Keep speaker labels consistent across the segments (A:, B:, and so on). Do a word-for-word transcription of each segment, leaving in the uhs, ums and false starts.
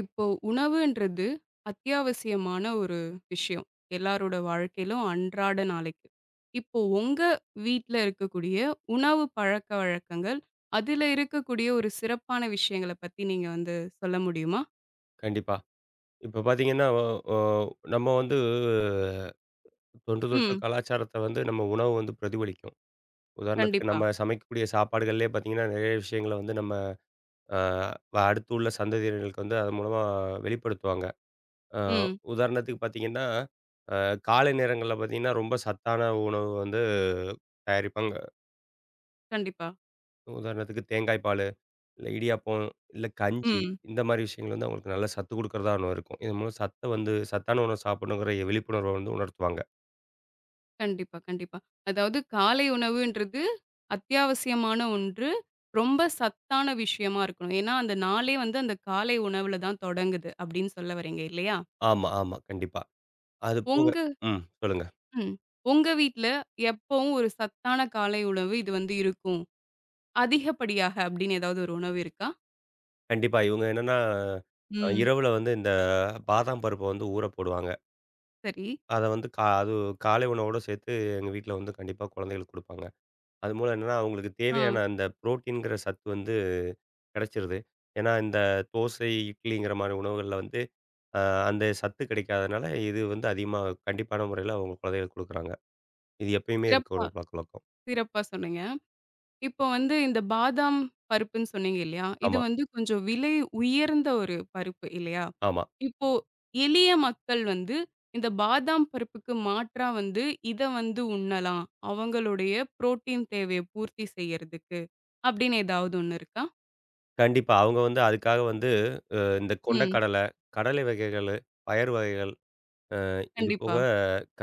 A: இப்போ உணவுன்றது அத்தியாவசியமான ஒரு விஷயம். எல்லாரோட வாழ்க்கையிலும் அன்றாட நாளைக்கு. இப்போ உங்க வீட்ல இருக்கக்கூடிய உணவு பழக்கவழக்கங்கள், அதில இருக்கக்கூடிய ஒரு சிறப்பான விஷயங்கள பத்தி நீங்க வந்து சொல்ல முடியுமா?
B: கண்டிப்பா. இப்ப பார்த்தீங்கன்னா, ஒ ஒ நம்ம வந்து தொன்று தொட்டு
A: ம்.
B: கலாச்சாரத்த வந்து நம்ம உணவு வந்து பிரதிபலிக்கும். உதாரணத்துக்கு
A: கண்டிப்பா.
B: நம்ம சமைக்கக்கூடிய சாப்பாடுகள்லயே பார்த்தீங்கன்னா, நெறைய விஷயங்கள வந்து நம்ம அ வ- அடுத்து உள்ள சந்ததியினர்களுக்கு வந்து அது மூலமா வெளிப்படுத்துவாங்க. அ
A: ம்.
B: உதாரணத்துக்கு பார்த்தீங்கன்னா, அ காலை நேரங்கள்ல பார்த்தீங்கன்னா, ரொம்ப சத்தான உணவு வந்து தயாரிப்பாங்க.
A: கண்டிப்பா.
B: உதாரணத்துக்கு தேங்காய் பால். இல்ல இடியாப்பம், இல்ல கஞ்சி
A: ம்.
B: இந்த மாரி விஷயங்கள் வந்து அவங்களுக்கு நல்ல சத்து குடுக்கிறதா ஒண்ணு இருக்கும். இதன் மூலம் சத்த வந்து சத்தான உணவு சாப்பிடணுங்கிற விழிப்புணர்வ வந்து உணர்த்துவாங்க.
A: கண்டிப்பா, கண்டிப்பா. அதாவது காலை உணவுன்றது அத்தியாவசியமான ஒன்று. ரொம்ப சத்தான விஷயமா இருக்கணும். ஏன்னா, அந்த நாளே வந்து அந்த காலை உணவுல தான் தொடங்குது, அப்படின்னு சொல்ல வரீங்க இல்லையா?
B: ஆமா, ஆமா. கண்டிப்பா. அது போக
A: உங்க
B: ம். சொல்லுங்க.
A: ம். உங்க வீட்ல எப்பவும் ஒரு சத்தான காலை உணவு இது வந்து இருக்கும். அதிகப்படியாக அப்படின்னு ஏதாவது ஒரு உணவு இருக்கா?
B: கண்டிப்பா. இவங்க என்னன்னா, அ
A: ம்.
B: இரவுல வந்து இந்த பாதாம் பருப்ப வந்து ஊற போடுவாங்க.
A: சரி.
B: அத வந்து கா அது காலை உணவோட சேர்த்து எங்க வீட்ல வந்து கண்டிப்பா குழந்தைகளுக்கு குடுப்பாங்க. அது மூலம் என்னன்னா, அவங்களுக்கு
A: ஆ.
B: தேவையான அந்த புரோட்டீன்ங்கிற சத்து வந்து கிடைச்சிருது. ஏன்னா, இந்த தோசை, இட்லிங்கிற மாரி உணவுகள்ல வந்து அ அந்த சத்து கிடைக்காதனால, இது வந்து அதிகமா கண்டிப்பான முறையில அவங்க குழந்தைகளுக்கு குடுக்குறாங்க. இது எப்பயுமே இருக்க
A: சிறப்பா
B: ஒரு பழக்கவழக்கம்.
A: சிறப்பா சொன்னீங்க. இப்போ வந்து இந்த பாதாம் பருப்புன்னு சொன்னீங்க இல்லையா? இது
B: ஆமா,
A: வந்து கொஞ்சம் விலை உயர்ந்த ஒரு பருப்பு இல்லையா?
B: ஆமா.
A: இப்போ எளிய மக்கள் வந்து இந்த பாதாம் பருப்புக்கு மாற்றா வந்து இத வந்து உண்ணலாம். அவங்களுடைய புரோட்டீன் தேவைய பூர்த்தி செய்யறதுக்கு. அப்படின்னு ஏதாவது ஒண்ணு இருக்கா?
B: கண்டிப்பா. அவங்க வந்து அதுக்காக வந்து அ இந்த
A: ம்.
B: கொண்டைக்கடல, கடலை வகைகளு, பயறு வகைகள், அ இது போக
A: கண்டிப்பா.
B: க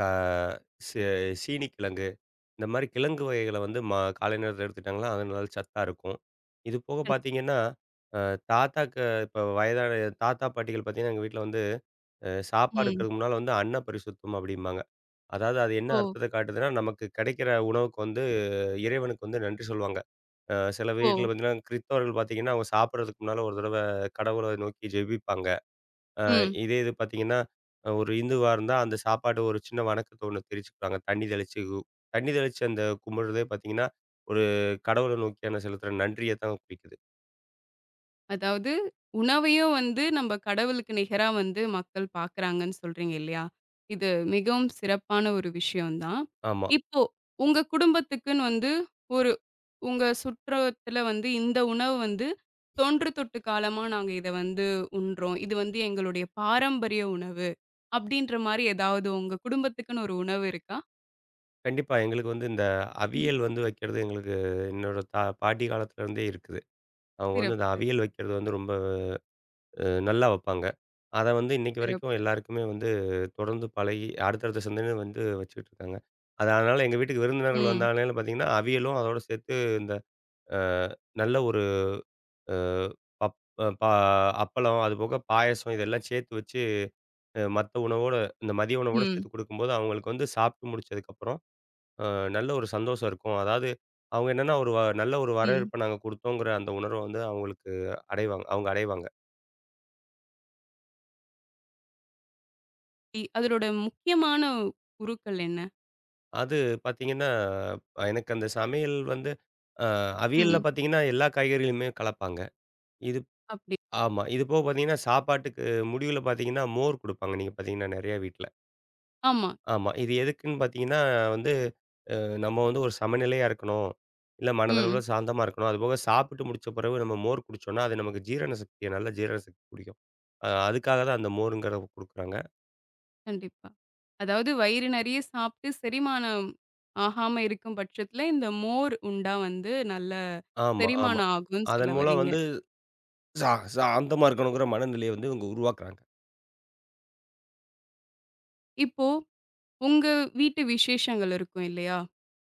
B: சே சீனிக்கிழங்கு, இந்த மாரி கிழங்கு வகைகள வந்து ம காலை நேரத்தில எடுத்துக்கிட்டாங்கன்னா, அது நல்ல சத்தா இருக்கும். இது போக
A: கண்
B: பார்த்தீங்கன்னா, அ தாத்தாக்கு இப்ப வயதான தாத்தா, பாட்டிகள் பார்த்தீங்கன்னா, எங்க வீட்ல வந்து அ
A: ம்.
B: சாப்பாடுக்கு முன்னால வந்து அன்னப்பரிசுத்தம் அப்படிம்பாங்க. அதாவது அது என்ன
A: ஓ!
B: அர்த்தத்த காட்டுதுன்னா, நமக்கு கிடைக்கிற உணவுக்கு வந்து இறைவனுக்கு வந்து நன்றி சொல்லுவாங்க. அ சில
A: ஓ!
B: வீட்ல பார்த்தீங்கன்னா, கிறிஸ்தவர்கள் பார்த்தீங்கன்னா, அவங்க சாப்பிடுறதுக்கு முன்னால ஒரு தடவ கடவுள நோக்கி ஜெபிப்பாங்க. அ
A: ம்.
B: இதே இது பார்த்தீங்கன்னா, அ ஒரு இந்துவா இருந்தா அந்த சாப்பாடு ஒரு சின்ன வணக்கத்த ஒண்ணு தெரிவிச்சுக்குவாங்க. தண்ணி தெளிச்சு கு தண்ணி தெளிச்சு அந்த கும்பிடுறதே பார்த்தீங்கன்னா, ஒரு கடவுள நோக்கியான செலுத்துற நன்றிய தான் குறிக்குது.
A: அதாவது உணவையும் வந்து நம்ம கடவுளுக்கு நிகரா வந்து மக்கள் பார்க்குறாங்கன்னு சொல்றீங்க இல்லையா? இது மிகவும் சிறப்பான ஒரு விஷயம் தான்.
B: ஆமா.
A: இப்போ உங்க குடும்பத்துக்குன்னு வந்து ஒரு உங்க சுற்றத்துல வந்து இந்த உணவு வந்து தொன்று தொட்டு காலமா நாங்க இத வந்து உண்றோம். இது வந்து எங்களுடைய பாரம்பரிய உணவு. அப்படின்ற மாரி ஏதாவது உங்க குடும்பத்துக்குன்னு ஒரு உணவு இருக்கா?
B: கண்டிப்பா எங்களுக்கு வந்து இந்த
A: ம்.
B: அவியல் வந்து வைக்கிறது எங்களுக்கு என்னோட தா பாட்டி காலத்துலருந்தே இருக்குது. அவங்க வந்து அந்த
A: சிறப்பு,
B: அவியல் வைக்கிறது வந்து ரொம்ப அ நல்லா வப்பாங்க. அத வந்து இன்னைக்கு வரைக்கும்
A: சிறப்பு.
B: எல்லாருக்குமே வந்து தொடர்ந்து பழகி அடுத்தடுத்த சிந்தனையும் வந்து வச்சுக்கிட்டு இருக்காங்க. அது அதனால எங்க வீட்டுக்கு விருந்தினர்கள்
A: ம்,
B: வந்தாலும் பார்த்தீங்கன்னா, அவியலும் அதோட சேர்த்து இந்த அ நல்ல ஒரு அ பப் ப அப்பளம், அதுபோக பாயாசம் இதெல்லாம் சேர்த்து வச்சு மத்த உணவோட இந்த மதிய உணவோட
A: ம்,
B: சேர்த்து குடுக்கும்போது, அவங்களுக்கு வந்து சாப்பிட்டு முடிச்சதுக்கப்புறம் அ நல்ல ஒரு சந்தோஷம் இருக்கும். அதாவது அவங்க என்னன்னா, ஒரு வ- நல்ல ஒரு
A: ம்.
B: வரவேற்ப நாங்க குடுத்தோங்கிற அந்த உணர்வ வந்து அவங்களுக்கு அடைவாங்க அவங்க அடைவாங்க.
A: இ அதனோட முக்கியமான உருக்கள் என்ன?
B: அது பார்த்தீங்கன்னா, அஹ் எனக்கு அந்த சமையல் வந்து அ அவியல்ல
A: ம்.
B: பார்த்தீங்கன்னா, எல்லா காய்கறிகளுமே கலப்பாங்க. இது
A: அப்படி.
B: ஆமா. இது போக பார்த்தீங்கன்னா, சாப்பாட்டுக்கு முடிவுல பார்த்தீங்கன்னா, மோர் குடுப்பாங்க. நீங்க பார்த்தீங்கன்னா நெறைய வீட்ல.
A: ஆமா.
B: ஆமா. இது எதுக்குன்னு பார்த்தீங்கன்னா வந்து, அ நம்ம வந்து ஒரு சமநிலையா இருக்கணும். இல்ல மனதளவுல
A: ம்.
B: சாந்தமா இருக்கணும். அதுபோக சாப்பிட்டு முடிச்ச பிறகு நம்ம மோர் குடிச்சோம்னா, அது நமக்கு ஜீரண சக்திய நல்ல ஜீரண சக்தி குடிக்கும். அ அதுக்காக தான் அந்த மோருங்கிறத குடுக்குறாங்க.
A: கண்டிப்பா. அதாவது வயிறு நெறைய சாப்பிட்டு செரிமானம் ஆகாம இருக்கும் பட்சத்துல, இந்த மோர் உண்டா வந்து நல்ல
B: ஆமா, ஆமா.
A: செரிமானம் ஆகும்ன்னு சொல்ல
B: அதன் மூலம்
A: வர்றீங்க.
B: வந்து சா சாந்தமா இருக்கணுங்கிற மனநிலைய வந்து இவங்க உருவாக்குறாங்க.
A: இப்போ உங்க வீட்டு விசேஷங்கள் இருக்கும் இல்லையா?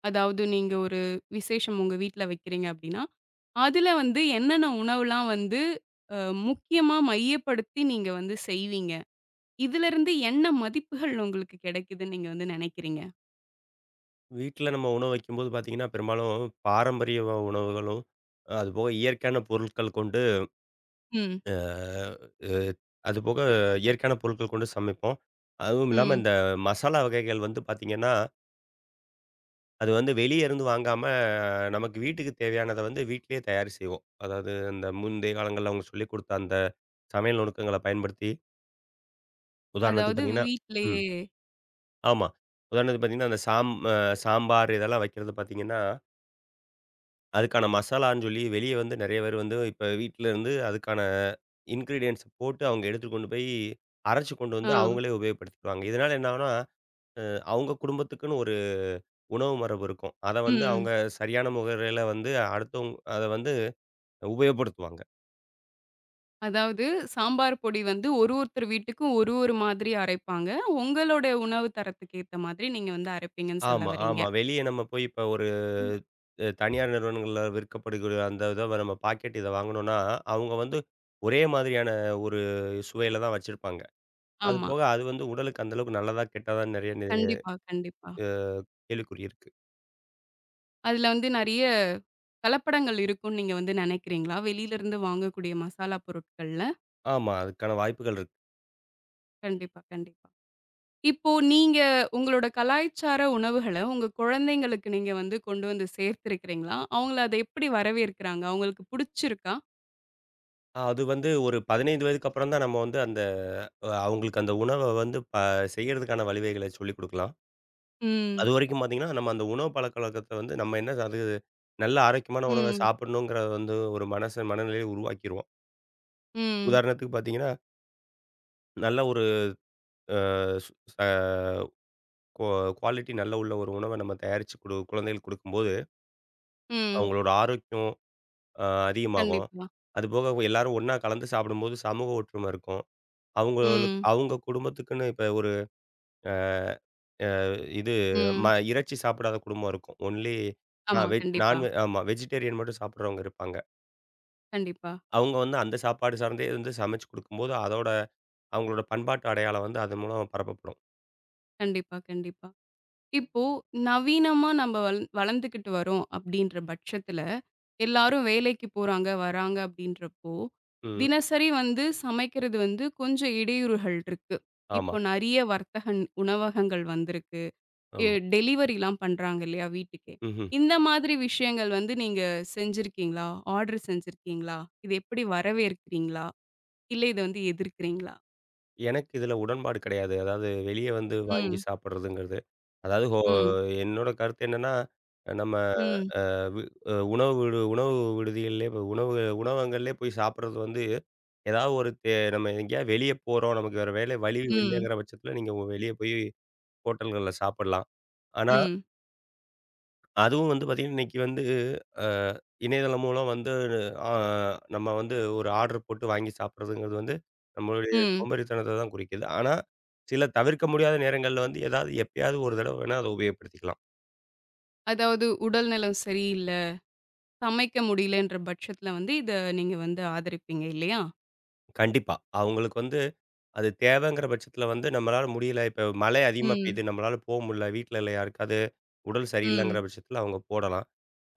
A: அதாவது நீங்க ஒரு விசேஷம் உங்க வீட்ல வைக்கிறீங்க அப்படின்னா, அதுல வந்து என்னென்ன உணவுலாம் வந்து அ முக்கியமா மையப்படுத்தி நீங்க வந்து செய்வீங்க? இதுலருந்து என்ன மதிப்புகள் உங்களுக்கு கிடைக்குதுன்னு நீங்க வந்து நெனைக்கிறீங்க?
B: வீட்ல நம்ம உணவு வைக்கும்போது பார்த்தீங்கன்னா, பெரும்பாலும் பாரம்பரிய வ உணவுகளும், அதுபோக இயற்கையான பொருட்கள் கொண்டு
A: ம்,
B: அ அ அதுபோக இயற்கையான பொருட்கள் கொண்டு சமைப்போம். அதுவும் இல்லாம
A: ம்.
B: இந்த மசாலா வகைகள் வந்து பார்த்தீங்கன்னா, அது வந்து வெளிய இருந்து வாங்காம நமக்கு வீட்டுக்கு தேவையானத வந்து வீட்லயே தயார் செய்வோம். அதாவது அந்த முந்தைய காலங்கள்ல அவங்க சொல்லிக் குடுத்த அந்த சமையல் நுணுக்கங்கள பயன்படுத்தி, உதாரணத்துக்கு
A: அதாவது
B: பார்த்தீங்கன்னா
A: வீட்லயே
B: ம். ஆமா. உதாரணத்துக்கு பார்த்தீங்கன்னா, அந்த சாம் அ சாம்பார் இதெல்லாம் வைக்கிறது பார்த்தீங்கன்னா அதுக்கான மசாலான்னு சொல்லி வெளிய வந்து நெறைய பேர் வந்து இப்ப வீட்ல இருந்து அதுக்கான இன்கிரீடியன்ட்ஸ் போட்டு அவங்க எடுத்துட்டு கொண்டு போய் அரைச்சு கொண்டு
A: ஆ,
B: வந்து அவங்களே உபயோகப்படுத்திக்குவாங்க. இதனால என்ன ஆகும்னா, அ அவங்க குடும்பத்துக்குன்னு ஒரு உணவு மரபு இருக்கும். அத வந்து
A: ம்.
B: அவங்க சரியான முறையில வந்து அடுத்தவங் அத வந்து உபயோகப்படுத்துவாங்க.
A: அதாவது சாம்பார் பொடி வந்து ஒரு ஒருத்தர் வீட்டுக்கும் ஒரு ஒரு மாதிரி அரைப்பாங்க. உங்களோட உணவு தரத்துக்கு ஏத்த மாதிரி நீங்க வந்து அரைப்பீங்கன்னு சொல்ல
B: ஆமா,
A: வர்றீங்க.
B: ஆமா. வெளிய நம்ம போய் இப்ப ஒரு
A: ம்.
B: அ தனியார் நிறுவனங்கள்ல விற்கப்படுகிற அந்த இத நம்ம பாக்கெட் இத வாங்குனோம்னா, அவங்க வந்து ஒரே மாதிரியான ஒரு சுவையில தான் வச்சிருப்பாங்க. அது
A: ஆமா.
B: போக அது வந்து உடலுக்கு அந்த அளவுக்கு நல்லதா, கெட்டதான்னு நெறைய
A: கண்டிப்பா, கண்டிப்பா.
B: அ கேள்விக்குறி இருக்கு.
A: அதுல வந்து நெறைய கலப்படங்கள் இருக்கும்னு நீங்க வந்து நெனைக்கிறீங்களா? வெளியில இருந்து வாங்கக்கூடிய மசாலா பொருட்கள்ல?
B: ஆமா. அதுக்கான வாய்ப்புகள் இருக்கு.
A: கண்டிப்பா, கண்டிப்பா. இப்போ நீங்க உங்களோட கலாய்ச்சார உணவுகள உங்க குழந்தைங்களுக்கு நீங்க வந்து கொண்டு வந்து சேர்த்திருக்கிறீங்களா? அவங்கள அத எப்படி வரவேற்கிறாங்க? அவங்களுக்கு புடிச்சிருக்கா?
B: அது வந்து ஒரு பதினைந்து வயதுக்கு அப்புறம் தான் நம்ம வந்து அந்த அ அவங்களுக்கு அந்த உணவ வந்து ப செய்யறதுக்கான வழிவகைகளை சொல்லிக் குடுக்கலாம்.
A: ம்.
B: அதுவரைக்கும் பார்த்தீங்கன்னா, நம்ம அந்த உணவு பழக்கவழக்கத்த வந்து நம்ம என்ன அது நல்ல ஆரோக்கியமான உணவ
A: ம்.
B: சாப்பிடணுங்கிறத வந்து ஒரு மனச மனநிலையை உருவாக்கிருவோம்.
A: ம்.
B: உதாரணத்துக்கு பார்த்தீங்கன்னா, நல்ல ஒரு அ சு ச குவா குவாலிட்டி நல்ல உள்ள ஒரு உணவ நம்ம தயாரிச்சு குடு குழந்தைகளுக்கு குடுக்கும்போது,
A: ம்.
B: அவங்களோட ஆரோக்கியம் அ அதிகமாகும்.
A: கண்டிப்பா.
B: அதுபோக எல்லாரும் ஒண்ணா கலந்து சாப்பிடும்போது சமூக ஒற்றுமை இருக்கும். அவங்களுக்கு
A: ம்.
B: அவங்க குடும்பத்துக்குன்னு இப்ப ஒரு இது
A: ம்.
B: ம இறைச்சி சாப்பிடாத குடும்பம் இருக்கும். ஒன்லி ஆ
A: ஆமா.
B: வெஜ்
A: கண்டிப்பா.
B: நான்வெ ஆமா வெஜிடேரியன் மட்டும் சாப்பிடுறவங்க இருப்பாங்க.
A: கண்டிப்பா.
B: அவங்க வந்து அந்த சாப்பாடு சார்ந்தே வந்து சமைச்சு குடுக்கும்போது, அதோட அவங்களோட பண்பாட்டு அடையாளம் வந்து அது மூலம் பரப்பப்படும்.
A: கண்டிப்பா, கண்டிப்பா. இப்போ நவீனமா நம்ம வள் வளர்ந்துக்கிட்டு வரோம் அப்படின்ற பட்சத்துல, எல்லாரும் வேலைக்கு போறாங்க, வராங்க அப்படின்றப்போ,
B: ம்.
A: தினசரி வந்து சமைக்கிறது வந்து கொஞ்சம் இடையூறுகள் இருக்கு.
B: ஆமா,
A: இப்போ நெறைய வர்த்தகன் உணவகங்கள் வந்திருக்கு. எ
B: ஆமா.
A: டெலிவரிலாம் பண்றாங்க இல்லையா வீட்டுக்கே.
B: ம்ஹ்ம்.
A: இந்த மாதிரி விஷயங்கள் வந்து நீங்க செஞ்சிருக்கீங்களா? ஆர்டர் செஞ்சிருக்கீங்களா? இது எப்படி வரவேற்கிறீங்களா? இல்ல இத வந்து எதிர்க்கிறீங்களா?
B: எனக்கு இதுல உடன்பாடு கிடையாது. அதாவது வெளிய வந்து வாங்கி
A: ம்,
B: சாப்பிடுறதுங்கிறது. அதாவது ஹோ
A: ம்,
B: என்னோட கருத்து என்னன்னா, நம்ம
A: ம்,
B: அ வி அஹ், உணவு விடு உணவு விடுதிகள்லயே உணவு உணவகங்கள்லயே போய் சாப்பிடுறது வந்து ஏதாவது ஒரு தே நம்ம எங்கேயாவது வெளிய போறோம். நமக்கு வேற வேலை வழி
A: ம்,
B: இல்லைங்கிற பட்சத்தில நீங்க வெளிய போய் ஹோட்டல்கள்ல சாப்பிடலாம். ஆனா,
A: ம்,
B: அதுவும் வந்து பார்த்தீங்கன்னா, இன்னைக்கு வந்து அ இணையதளம் மூலம் வந்து ஆ நம்ம வந்து ஒரு ஆர்டர் போட்டு வாங்கி சாப்பிடுறதுங்கிறது வந்து நம்மளுடைய
A: ம்.
B: சோம்பேறித்தனத்த தான் குறிக்குது. ஆனா, சில தவிர்க்க முடியாத நேரங்கள்ல வந்து ஏதாவது எப்பயாவது ஒரு தடவ வேணா அத உபயோகப்படுத்திக்கலாம்.
A: அதாவது உடல் நலம் சரியில்ல, சமைக்க முடியலன்ற பட்சத்துல வந்து இத நீங்க வந்து ஆதரிப்பீங்க இல்லையா?
B: கண்டிப்பா. அவங்களுக்கு வந்து அது தேவைங்கிற பட்சத்தில வந்து நம்மளால முடியல. இப்ப மழை அதிகமா
A: ம்,
B: பெய்யுது. நம்மளால போ முடியல. வீட்ல யாருக்காவது உடல் சரியில்லங்கிற
A: ம்,
B: பட்சத்தில அவங்க போடலாம்.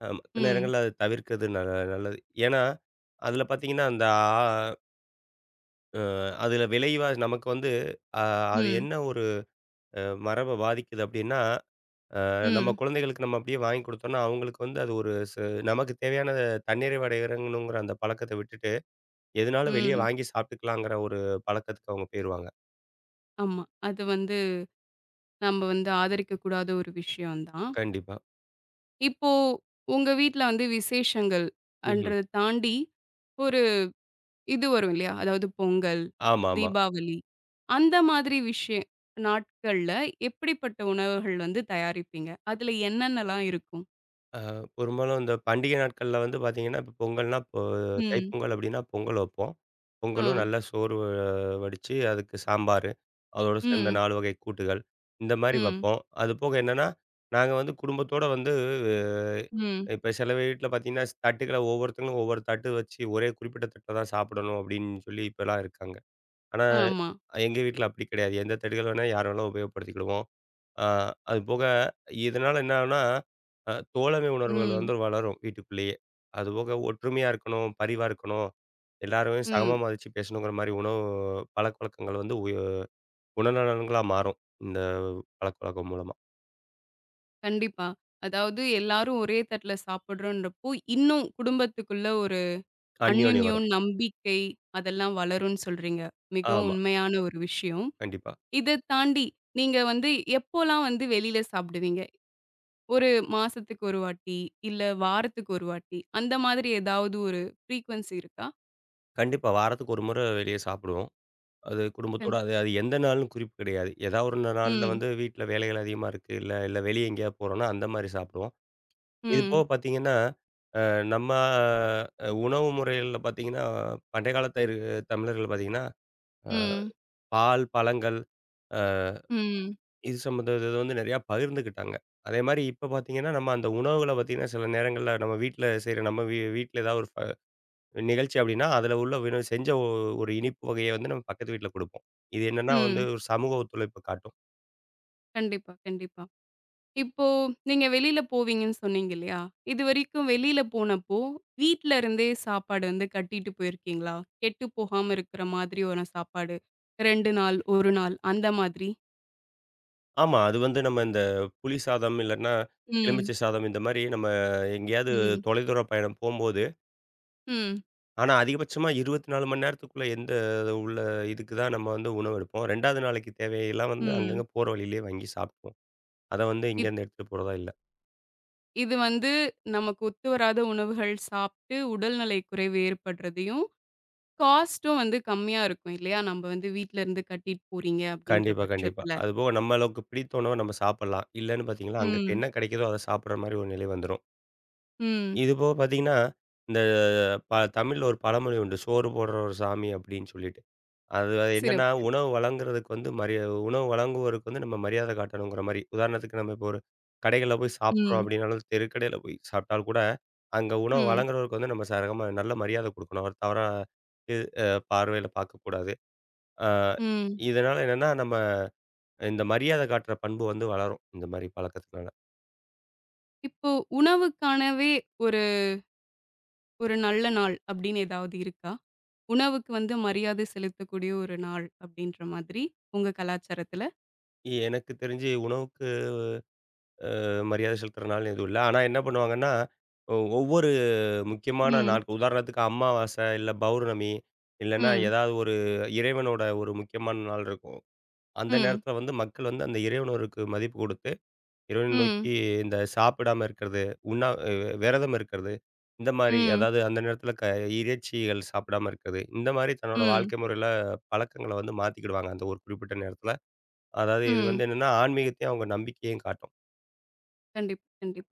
B: அ மத்த
A: ம்,
B: நேரங்கள்ல அத தவிர்க்கிறது ந நல்லது. ஏன்னா, அதில பார்த்தீங்கன்னா, அந்த ஆ அதில விளைவா நமக்கு வந்து அ அது
A: ம்,
B: என்ன ஒரு அ மரப பாதிக்குது அப்டின்னா, அ நம்ம
A: ம்,
B: குழந்தைகளுக்கு நம்ம அப்டியே வாங்கி குடுத்தோம்னா, அவங்களுக்கு வந்து அது ஒரு ச நமக்கு தேவையான தன்னிறைவு அடையறங்கணுங்கிற அந்த பழக்கத்த விட்டுட்டு, எதுனாலும் வெளிய
A: ம்.
B: வாங்கி சாப்ட்டுக்கலாங்கிற ஒரு பழக்கத்துக்கு அவங்க போயிருவாங்க.
A: ஆமா. அது வந்து நம்ம வந்து ஆதரிக்கக்கூடாத ஒரு விஷயம் தான்.
B: கண்டிப்பா.
A: இப்போ உங்க வீட்ல வந்து விசேஷங்கள்
B: ம்ஹ்ம்.
A: அன்றத தாண்டி, ஒரு இது வரும் இல்லையா? அதாவது பொங்கல்,
B: ஆமாமா.
A: தீபாவளி அந்த மாதிரி விஷய நாட்கள்ல எப்படிப்பட்ட உணவுகள் வந்து தயாரிப்பீங்க? அதுல என்னென்னலாம் இருக்கும்?
B: அ பெரும்பாலும் இந்த பண்டிகை நாட்கள்ல வந்து பார்த்தீங்கன்னா, இப்போ பொங்கல்னா இப்போ
A: ம்.
B: தைப்பொங்கல் அப்டின்னா பொங்கல் வைப்போம். பொங்கலும்
A: ம்.
B: நல்லா சோறு வ வடிச்சு, அதுக்கு சாம்பாரு, அதோட சேர்ந்த
A: ம்.
B: நான்கு வகை கூட்டுகள், இந்த மாரி
A: ம்.
B: வைப்போம். அதுபோக என்னன்னா, நாங்க வந்து குடும்பத்தோட வந்து
A: ம்.
B: இப்போ சில வீட்ல பார்த்தீங்கன்னா, தட்டுகள ஒவ்வொருத்தங்களும் ஒவ்வொரு தட்டு வச்சு ஒரே குறிப்பிட்ட தட்ல தான் சாப்பிடணும் அப்டின்னு சொல்லி இப்பலாம் இருக்காங்க. ஆனா
A: ஆமா.
B: எங்க வீட்ல அப்டி கிடையாது. எந்த தட்டுகள் வேணா யார் வேணாலும் உபயோகப்படுத்திக்கிடுவோம். ஆ அது போக இதனால என்ன ஆகும்னா, அ தோழமை உணர்வுகள்
A: ம்.
B: வந்து வளரும் வீட்டுக்குள்ளேயே. அதுபோக ஒற்றுமையா இருக்கணும், பரிவா இருக்கணும், எல்லாரையும் சமமா
A: ம்.
B: மதிச்சு பேசணுங்கிற மாரி உணவு பழக்கவழக்கங்கள் வந்து உய குணநலன்களா மாறும். இந்த பழக்கவழக்கம் மூலமா.
A: கண்டிப்பா. அதாவது எல்லாரும் ஒரே தட்டுல சாப்பிடுறோன்றப்போ, இன்னும் குடும்பத்துக்குள்ள ஒரு
B: அந்யோன்யம்
A: அந்யோன்யம்,
B: வரும்.
A: நம்பிக்கை அதெல்லாம் வளரும்னு சொல்றீங்க. மிகவும்
B: ஆமா.
A: உண்மையான ஒரு விஷயம்.
B: கண்டிப்பா.
A: இத தாண்டி, நீங்க வந்து எப்போலாம் வந்து வெளில சாப்பிடுவீங்க? ஒரு மாசத்துக்கு ஒரு வாட்டி, இல்ல வாரத்துக்கு ஒரு வாட்டி, அந்த மாதிரி ஏதாவது ஒரு ஃப்ரீக்வன்சி இருக்கா?
B: கண்டிப்பா. வாரத்துக்கு ஒரு முறை வெளிய சாப்பிடுவோம். அது
A: கண்
B: குடும்பத்தோட அது அது எந்த நாள்னு குறிப்பு கிடையாது. ஏதாவது ஒரு நாள்ல
A: ம்,
B: வந்து வீட்ல வேலைகள் அதிகமா இருக்கு, இல்ல இல்ல வெளிய எங்கேயாவது போறோம்னா அந்த மாரி சாப்பிடுவோம். இது போக
A: ம்,
B: பார்த்தீங்கன்னா, அ நம்ம அ உணவு முறைகள்ல பார்த்தீங்கன்னா, பண்டைய காலத்த இரு தமிழர்கள் பார்த்தீங்கன்னா, அ
A: ம்,
B: பால், பழங்கள், அ
A: ம்,
B: இது சம்மந்த இத வந்து நெறையா பகிர்ந்துக்கிட்டாங்க. அதேமாரி இப்ப பார்த்தீங்கன்னா, நம்ம அந்த உணவுகள பார்த்தீங்கன்னா, சில நேரங்கள்ல நம்ம வீட்ல செய்ற நம்ம வீ வீட்ல ஏதாவது ஒரு ஃப நிகழ்ச்சி அப்டின்னா, அதில உள்ள வினோ செஞ்ச ஒ ஒரு இனிப்பு வகைய வந்து நம்ம பக்கத்து வீட்ல குடுப்போம். இது என்னன்னா வந்து
A: ம்.
B: ஒரு சமூக ஒத்துழைப்பு காட்டும்.
A: கண்டிப்பா, கண்டிப்பா. இப்போ நீங்க வெளில போவீங்கன்னு சொன்னீங்க இல்லையா? இதுவரைக்கும் வெளில போனப்போ, வீட்ல இருந்தே சாப்பாடு வந்து கட்டிட்டு போயிருக்கீங்களா? கெட்டு போகாம இருக்கிற மாதிரி ஒரு சாப்பாடு. ரெண்டு நாள், ஒரு நாள் அந்த மாதிரி?
B: ஆமா. அது வந்து நம்ம இந்த புளி சாதம் இல்லன்னா,
A: ம்,
B: எலுமிச்சை சாதம் இந்த மாரி நம்ம எங்கேயாவது
A: ம்,
B: தொலைதூர பயணம் போம்போது
A: ம்,
B: ஆனா, அதிகபட்சமா இருபத்தி நான்கு மணி நேரத்துக்குள்ள எந்த உள்ள இதுக்கு தான் நம்ம வந்து உணவு எடுப்போம். ரெண்டாவது நாளைக்கு தேவையெல்லாம் வந்து
A: ம்.
B: அங்கங்க போற வழியிலேயே வாங்கி சாப்பிட்டுப்போம். அத வந்து
A: இப்
B: இங்கேருந்து எடுத்துட்டு போறதா இல்ல.
A: இது வந்து நமக்கு ஒத்து வராத உணவுகள் சாப்பிட்டு உடல்நலை குறைவு ஏற்படுறதையும், காஸ்ட்டும் வந்து கம்மியா இருக்கும் இல்லையா? நம்ம வந்து வீட்ல இருந்து கட்டிட்டு போறீங்க அப்படின்ற
B: கண்டிப்பா, கண்டிப்பா.
A: பட்சத்துல.
B: அதுபோக நம்மளுக்கு பிடித்த உணவ நம்ம சாப்பிடலாம். இல்லன்னு பார்த்தீங்கன்னா, அங்க
A: ம்,
B: என்ன கிடைக்குதோ அத சாப்பிடுற மாரி ஒரு நிலை வந்துரும்.
A: ம்.
B: இதுபோக பார்த்தீங்கன்னா, இந்த ப தமிழ்ல ஒரு பழமொழி உண்டு. சோறு போடுறவர் சாமி அப்படின்னு சொல்லிட்டு. அது அது என்னன்னா,
A: சிறப்பு.
B: உணவு வழங்குறதுக்கு வந்து மரியா உணவு வழங்குவோருக்கு வந்து நம்ம மரியாதை காட்டணுங்கிற மாரி. உதாரணத்துக்கு நம்ம இப்போ ஒரு கடைகள்ல போய் சாப்பிடுறோம்
A: ம்,
B: அப்படின்னாலும், தெருக்கடையில போய் சாப்பிட்டாலும் கூட, அங்க உணவு
A: ம்,
B: வழங்குறவருக்கு வந்து நம்ம சரகமா நல்ல மரியாதை குடுக்கணும். அவர் தவறா இது அ பார்வையில பார்க்கக்கூடாது. அ
A: ம்.
B: இதனால என்னன்னா, நம்ம இந்த மரியாதை காட்டுற பண்பு வந்து வளரும். இந்த மாரி பழக்கத்துனால.
A: இப்போ உணவுக்கானவே ஒரு ஒரு நல்ல நாள் அப்படின்னு ஏதாவது இருக்கா? உணவுக்கு வந்து மரியாதை செலுத்தக்கூடிய ஒரு நாள் அப்படின்ற மாதிரி உங்க கலாச்சாரத்துல?
B: எனக்கு தெரிஞ்சு உணவுக்கு மரியாதை செலுத்துறனால எதுவும் இல்ல. ஆனா என்ன பண்ணுவாங்கன்னா, ஒ ஒவ்வொரு முக்கியமான
A: ம்,
B: நாட்கள். உதாரணத்துக்கு அமாவாசை, இல்ல பௌர்ணமி, இல்லன்னா
A: ம்,
B: ஏதாவது ஒரு இறைவனோட ஒரு முக்கியமான நாள் இருக்கும். அந்த
A: ம்,
B: நேரத்தில வந்து மக்கள் வந்து அந்த இறைவனோருக்கு மதிப்பு குடுத்து, இறைவனை
A: ம்,
B: நோக்கி இந்த சாப்பிடாம இருக்கிறது, உண்ணா அ விரதம் இருக்கிறது, இந்த மாரி
A: ம், ம்,
B: அதாவது அந்த நேரத்தில க இறைச்சிகள் சாப்பிடாம இருக்கிறது. இந்த மாரி தன்னோட
A: ம்.
B: வாழ்க்கை முறையில பழக்கங்கள வந்து மாத்திக்கிடுவாங்க, அந்த ஒரு குறிப்பிட்ட நேரத்தில. அதாவது இது
A: ம்
B: வந்து என்னன்னா, ஆன்மீகத்தையும் அவங்க நம்பிக்கையும் காட்டும்.
A: கண்டிப்பா, கண்டிப்பா.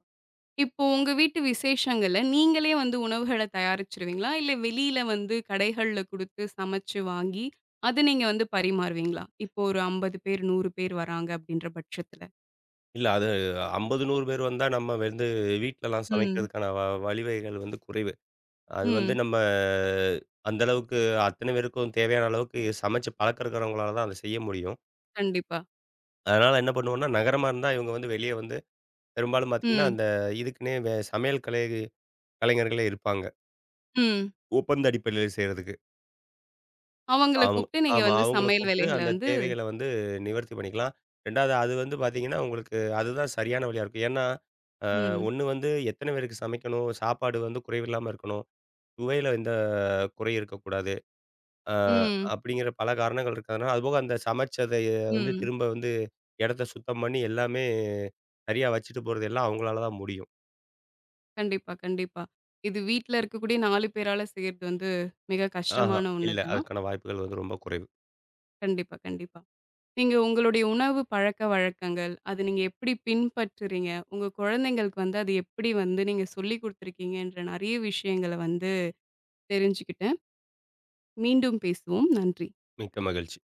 A: இப்போ உங்க வீட்டு விசேஷங்கள்ல நீங்களே வந்து உணவுகள தயாரிச்சுருவீங்களா? இல்ல வெளியில வந்து கடைகள்ல குடுத்து சமைச்சு வாங்கி, அத நீங்க வந்து பரிமாறுவீங்களா? இப்போ ஒரு ஐம்பது பேர், நூறு பேர் வராங்க அப்படின்ற பட்சத்துல.
B: இல்ல அது ஐம்பது, நூறு பேர் வந்தா நம்ம வந்து வீட்லலாம்
A: ம்.
B: சமைக்கிறதுக்கான வ வழிவகைகள் வந்து குறைவு. அது வந்து
A: ம்.
B: நம்ம அந்த அளவுக்கு அத்தன பேருக்கும் தேவையான அளவுக்கு சமைச்சு பழக்கம் இருக்கிறவங்களால தான் அத செய்ய முடியும்.
A: கண்டிப்பா.
B: அதனால என்ன பண்ணுவோம்னா, நகரமா இருந்தா இவங்க வந்து வெளிய வந்து பெரும்பாலும் பார்த்தீங்கன்னா,
A: ம்.
B: அந்த இதுக்குன்னே வே சமையல் கலை கலைஞர்களே இருப்பாங்க.
A: ம்.
B: ஒப்பந்த அடிப்படையில செய்றதுக்கு.
A: அவங்கள
B: அவங்க
A: கூப்ட்டு நீங்க
B: ஆமா.
A: வந்து
B: அவங்கள
A: சமையல்
B: கூப்பிட்டு
A: வேலைகள
B: அந்த
A: வந்து
B: தேவைகள வந்து நிவர்த்தி பண்ணிக்கலாம். ரெண்டாவது அது வந்து பார்த்தீங்கன்னா, உங்களுக்கு அதுதான் சரியான வழியா இருக்கும். ஏன்னா,
A: ம்.
B: ஒண்ணு வந்து எத்தன பேருக்கு சமைக்கணும்? சாப்பாடு வந்து குறைவில்லாம இருக்கணும். சுவையில எந்த குறை இருக்கக்கூடாது. ஆ
A: ம்.
B: அப்படிங்கிற பல காரணங்கள் இருக்கிறதுனால, அதுபோக அந்த சமைச்சதை வந்து
A: ம்.
B: திரும்ப வந்து இடத்த சுத்தம் பண்ணி எல்லாமே சரியா வச்சுட்டு போறது எல்லாம் அவங்களால தான் முடியும்.
A: கண்டிப்பா, கண்டிப்பா. இது வீட்ல இருக்கக்கூடிய நாலு பேரால செய்றது வந்து மிக
B: ஆஹா,
A: கஷ்டமான ஒண்ணு
B: இல்ல.
A: தான்.
B: அதுக்கான வாய்ப்புகள் வந்து ரொம்ப குறைவு.
A: கண்டிப்பா, கண்டிப்பா. நீங்க உங்களுடைய உணவு பழக்கவழக்கங்கள், அத நீங்க எப்படி பின்பற்றுறீங்க? உங்க குழந்தைங்களுக்கு வந்து அது எப்படி வந்து நீங்க சொல்லிக் குடுத்துருக்கீங்கன்ற நெறைய விஷயங்கள வந்து தெரிஞ்சுக்கிட்டேன். மீண்டும் பேசுவோம். நன்றி.
B: மிக்க மகிழ்ச்சி.